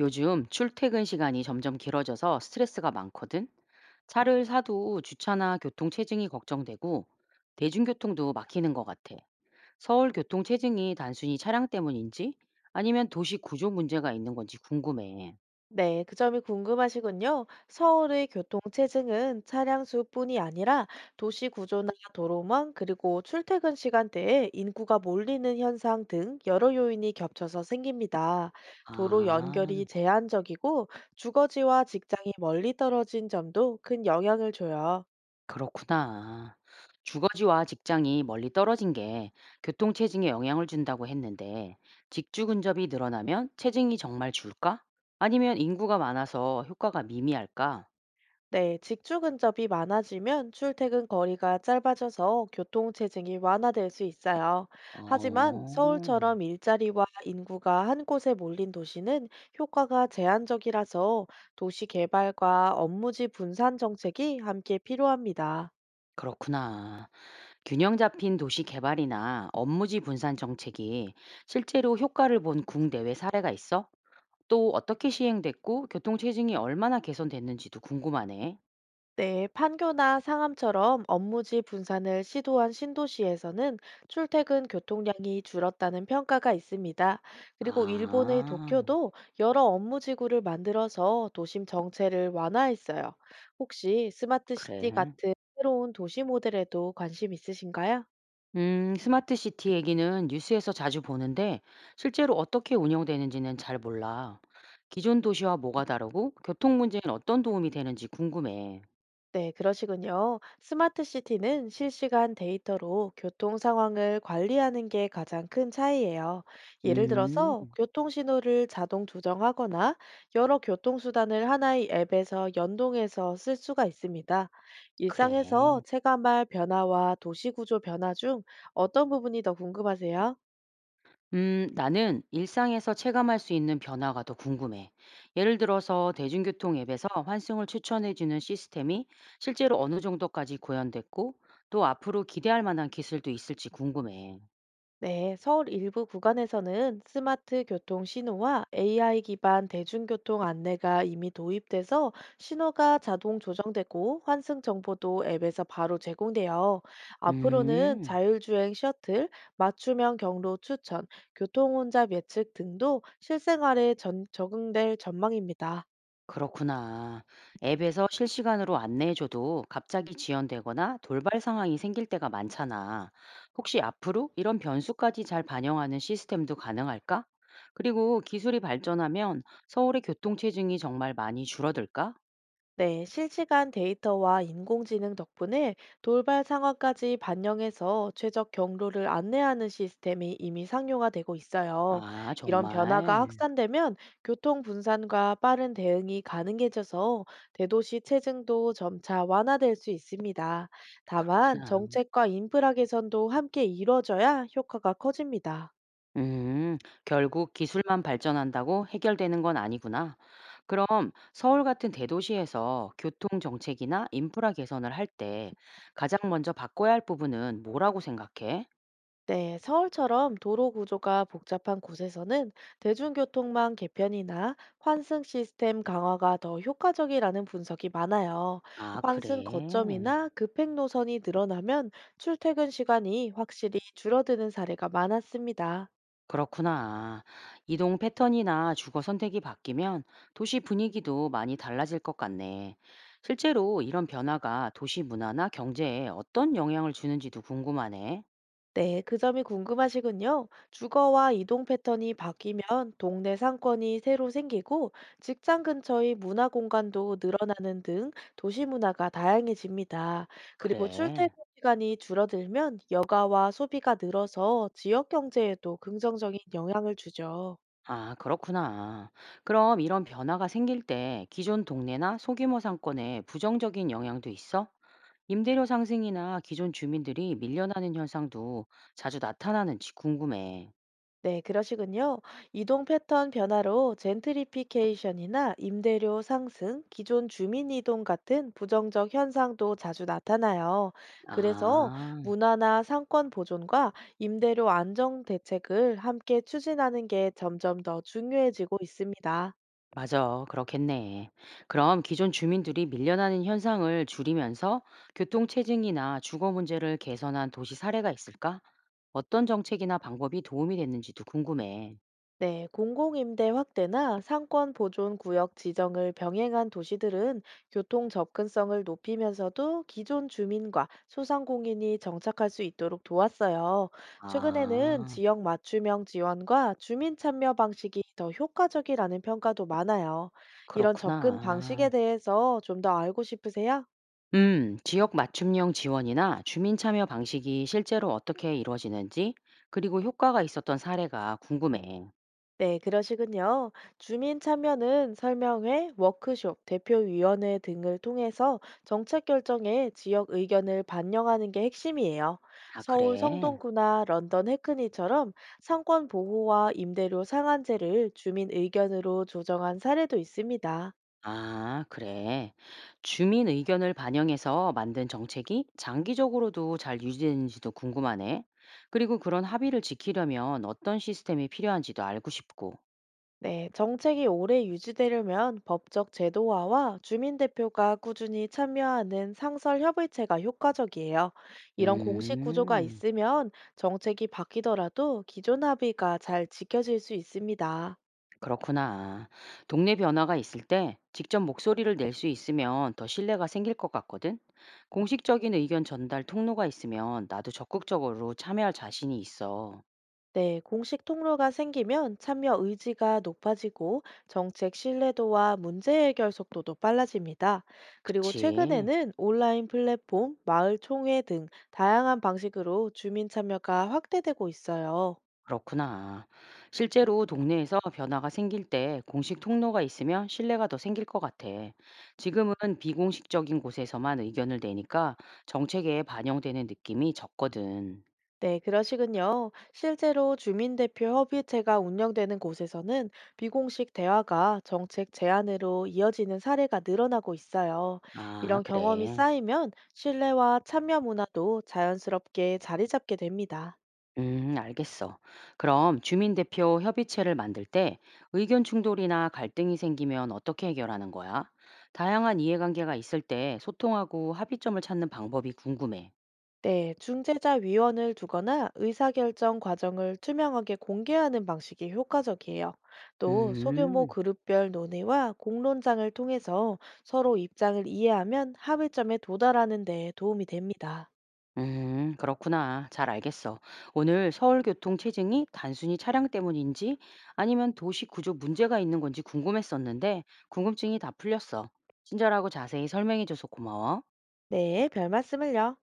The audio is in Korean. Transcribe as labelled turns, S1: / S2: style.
S1: 요즘 출퇴근 시간이 점점 길어져서 스트레스가 많거든. 차를 사도 주차나 교통 체증이 걱정되고 대중교통도 막히는 것 같아. 서울 교통 체증이 단순히 차량 때문인지 아니면 도시 구조 문제가 있는 건지 궁금해.
S2: 네, 그 점이 궁금하시군요. 서울의 교통체증은 차량 수뿐이 아니라 도시 구조나 도로망, 그리고 출퇴근 시간대에 인구가 몰리는 현상 등 여러 요인이 겹쳐서 생깁니다. 도로
S1: 아,
S2: 연결이 제한적이고 주거지와 직장이 멀리 떨어진 점도 큰 영향을 줘요.
S1: 그렇구나. 주거지와 직장이 멀리 떨어진 게 교통 체증에 영향을 준다고 했는데 직주 근접이 늘어나면 체증이 정말 줄까? 아니면 인구가 많아서 효과가 미미할까?
S2: 네, 직주 근접이 많아지면 출퇴근 거리가 짧아져서 교통체증이 완화될 수 있어요. 하지만
S1: 어.
S2: 서울처럼 일자리와 인구가 한 곳에 몰린 도시는 효과가 제한적이라서 도시 개발과 업무지 분산 정책이 함께 필요합니다.
S1: 그렇구나. 균형 잡힌 도시 개발이나 업무지 분산 정책이 실제로 효과를 본 국내외 사례가 있어? 또 어떻게 시행됐고 교통 체증이 얼마나 개선됐는지도 궁금하네.
S2: 네, 판교나 상암처럼 업무지 분산을 시도한 신도시에서는 출퇴근 교통량이 줄었다는 평가가 있습니다. 그리고 일본의
S1: 아,
S2: 도쿄도 여러 업무지구를 만들어서 도심 정체를 완화했어요. 혹시 스마트 시티
S1: 그래.
S2: 같은 새로운 도시 모델에도 관심 있으신가요?
S1: 스마트 시티 얘기는 뉴스에서 자주 보는데 실제로 어떻게 운영되는지는 잘 몰라. 기존 도시와 뭐가 다르고 교통 문제엔 어떤 도움이 되는지 궁금해.
S2: 네, 그러시군요. 스마트 시티는 실시간 데이터로 교통 상황을 관리하는 게 가장 큰 차이예요. 예를
S1: 음,
S2: 들어서 교통 신호를 자동 조정하거나 여러 교통수단을 하나의 앱에서 연동해서 쓸 수가 있습니다. 일상에서
S1: 그래.
S2: 체감할 변화와 도시 구조 변화 중 어떤 부분이 더 궁금하세요?
S1: 나는 일상에서 체감할 수 있는 변화가 더 궁금해. 예를 들어서 대중교통 앱에서 환승을 추천해주는 시스템이 실제로 어느 정도까지 구현됐고, 또 앞으로 기대할 만한 기술도 있을지 궁금해.
S2: 네, 서울 일부 구간에서는 스마트 교통 신호와 AI 기반 대중교통 안내가 이미 도입돼서 신호가 자동 조정되고 환승 정보도 앱에서 바로 제공돼요. 앞으로는
S1: 음.
S2: 자율주행 셔틀, 맞춤형 경로 추천, 교통혼잡 예측 등도 실생활에 적응될 전망입니다.
S1: 그렇구나. 앱에서 실시간으로 안내해줘도 갑자기 지연되거나 돌발 상황이 생길 때가 많잖아. 혹시 앞으로 이런 변수까지 잘 반영하는 시스템도 가능할까? 그리고 기술이 발전하면 서울의 교통체증이 정말 많이 줄어들까?
S2: 네, 실시간 데이터와 인공지능 덕분에 돌발 상황까지 반영해서 최적 경로를 안내하는 시스템이 이미 상용화되고 있어요.
S1: 아,
S2: 이런 변화가
S1: 정말.
S2: 확산되면 교통 분산과 빠른 대응이 가능해져서 대도시 체증도 점차 완화될 수 있습니다. 다만
S1: 그렇구나.
S2: 정책과 인프라 개선도 함께 이뤄져야 효과가 커집니다.
S1: 음, 결국 기술만 발전한다고 해결되는 건 아니구나. 그럼 서울 같은 대도시에서 교통 정책이나 인프라 개선을 할 때 가장 먼저 바꿔야 할 부분은 뭐라고 생각해?
S2: 네, 서울처럼 도로 구조가 복잡한 곳에서는 대중교통망 개편이나 환승 시스템 강화가 더 효과적이라는 분석이 많아요.
S1: 아,
S2: 환승
S1: 그래.
S2: 거점이나 급행 노선이 늘어나면 출퇴근 시간이 확실히 줄어드는 사례가 많았습니다.
S1: 그렇구나. 이동 패턴이나 주거 선택이 바뀌면 도시 분위기도 많이 달라질 것 같네. 실제로 이런 변화가 도시 문화나 경제에 어떤 영향을 주는지도 궁금하네.
S2: 네, 그 점이 궁금하시군요. 주거와 이동 패턴이 바뀌면 동네 상권이 새로 생기고 직장 근처의 문화 공간도 늘어나는 등 도시 문화가 다양해집니다. 그리고
S1: 그래.
S2: 출퇴근 시간이 줄어들면 여가와 소비가 늘어서 지역 경제에도 긍정적인 영향을 주죠.
S1: 아, 그렇구나. 그럼 이런 변화가 생길 때 기존 동네나 소규모 상권에 부정적인 영향도 있어? 임대료 상승이나 기존 주민들이 밀려나는 현상도 자주 나타나는지 궁금해.
S2: 네, 그러시군요. 이동 패턴 변화로 젠트리피케이션이나 임대료 상승, 기존 주민 이동 같은 부정적 현상도 자주 나타나요. 그래서
S1: 아,
S2: 문화나 상권 보존과 임대료 안정 대책을 함께 추진하는 게 점점 더 중요해지고 있습니다.
S1: 맞아. 그렇겠네. 그럼 기존 주민들이 밀려나는 현상을 줄이면서 교통체증이나 주거 문제를 개선한 도시 사례가 있을까? 어떤 정책이나 방법이 도움이 됐는지도 궁금해.
S2: 네, 공공임대 확대나 상권 보존 구역 지정을 병행한 도시들은 교통 접근성을 높이면서도 기존 주민과 소상공인이 정착할 수 있도록 도왔어요. 최근에는
S1: 아,
S2: 지역 맞춤형 지원과 주민 참여 방식이 더 효과적이라는 평가도 많아요. 이런 접근 방식에
S1: 그렇구나.
S2: 대해서 좀 더 알고 싶으세요?
S1: 지역 맞춤형 지원이나 주민 참여 방식이 실제로 어떻게 이루어지는지, 그리고 효과가 있었던 사례가 궁금해.
S2: 네, 그러시군요. 주민 참여는 설명회, 워크숍, 대표위원회 등을 통해서 정책 결정에 지역 의견을 반영하는 게 핵심이에요.
S1: 아,
S2: 서울
S1: 그래?
S2: 성동구나 런던 해크니처럼 상권 보호와 임대료 상한제를 주민 의견으로 조정한 사례도 있습니다.
S1: 아, 그래. 주민 의견을 반영해서 만든 정책이 장기적으로도 잘 유지되는지도 궁금하네. 그리고 그런 합의를 지키려면 어떤 시스템이 필요한지도 알고 싶고.
S2: 네, 정책이 오래 유지되려면 법적 제도화와 주민대표가 꾸준히 참여하는 상설협의체가 효과적이에요. 이런 공식 구조가
S1: 음.
S2: 있으면 정책이 바뀌더라도 기존 합의가 잘 지켜질 수 있습니다.
S1: 그렇구나. 동네 변화가 있을 때 직접 목소리를 낼 수 있으면 더 신뢰가 생길 것 같거든. 공식적인 의견 전달 통로가 있으면 나도 적극적으로 참여할 자신이 있어.
S2: 네, 공식 통로가 생기면 참여 의지가 높아지고 정책 신뢰도와 문제 해결 속도도 빨라집니다. 그리고
S1: 그치.
S2: 최근에는 온라인 플랫폼, 마을 총회 등 다양한 방식으로 주민 참여가 확대되고 있어요.
S1: 그렇구나. 실제로 동네에서 변화가 생길 때 공식 통로가 있으면 신뢰가 더 생길 것 같아. 지금은 비공식적인 곳에서만 의견을 내니까 정책에 반영되는 느낌이 적거든.
S2: 네, 그러시군요. 실제로 주민대표 협의체가 운영되는 곳에서는 비공식 대화가 정책 제안으로 이어지는 사례가 늘어나고 있어요.
S1: 아,
S2: 이런 경험이
S1: 그래.
S2: 쌓이면 신뢰와 참여 문화도 자연스럽게 자리 잡게 됩니다.
S1: 알겠어. 그럼 주민대표 협의체를 만들 때 의견 충돌이나 갈등이 생기면 어떻게 해결하는 거야? 다양한 이해관계가 있을 때 소통하고 합의점을 찾는 방법이 궁금해.
S2: 네, 중재자 위원을 두거나 의사결정 과정을 투명하게 공개하는 방식이 효과적이에요. 또 소규모
S1: 음,
S2: 그룹별 논의와 공론장을 통해서 서로 입장을 이해하면 합의점에 도달하는 데 도움이 됩니다.
S1: 그렇구나. 잘 알겠어. 오늘 서울교통 체증이 단순히 차량 때문인지 아니면 도시 구조 문제가 있는 건지 궁금했었는데 궁금증이 다 풀렸어. 친절하고 자세히 설명해줘서 고마워.
S2: 네, 별 말씀을요.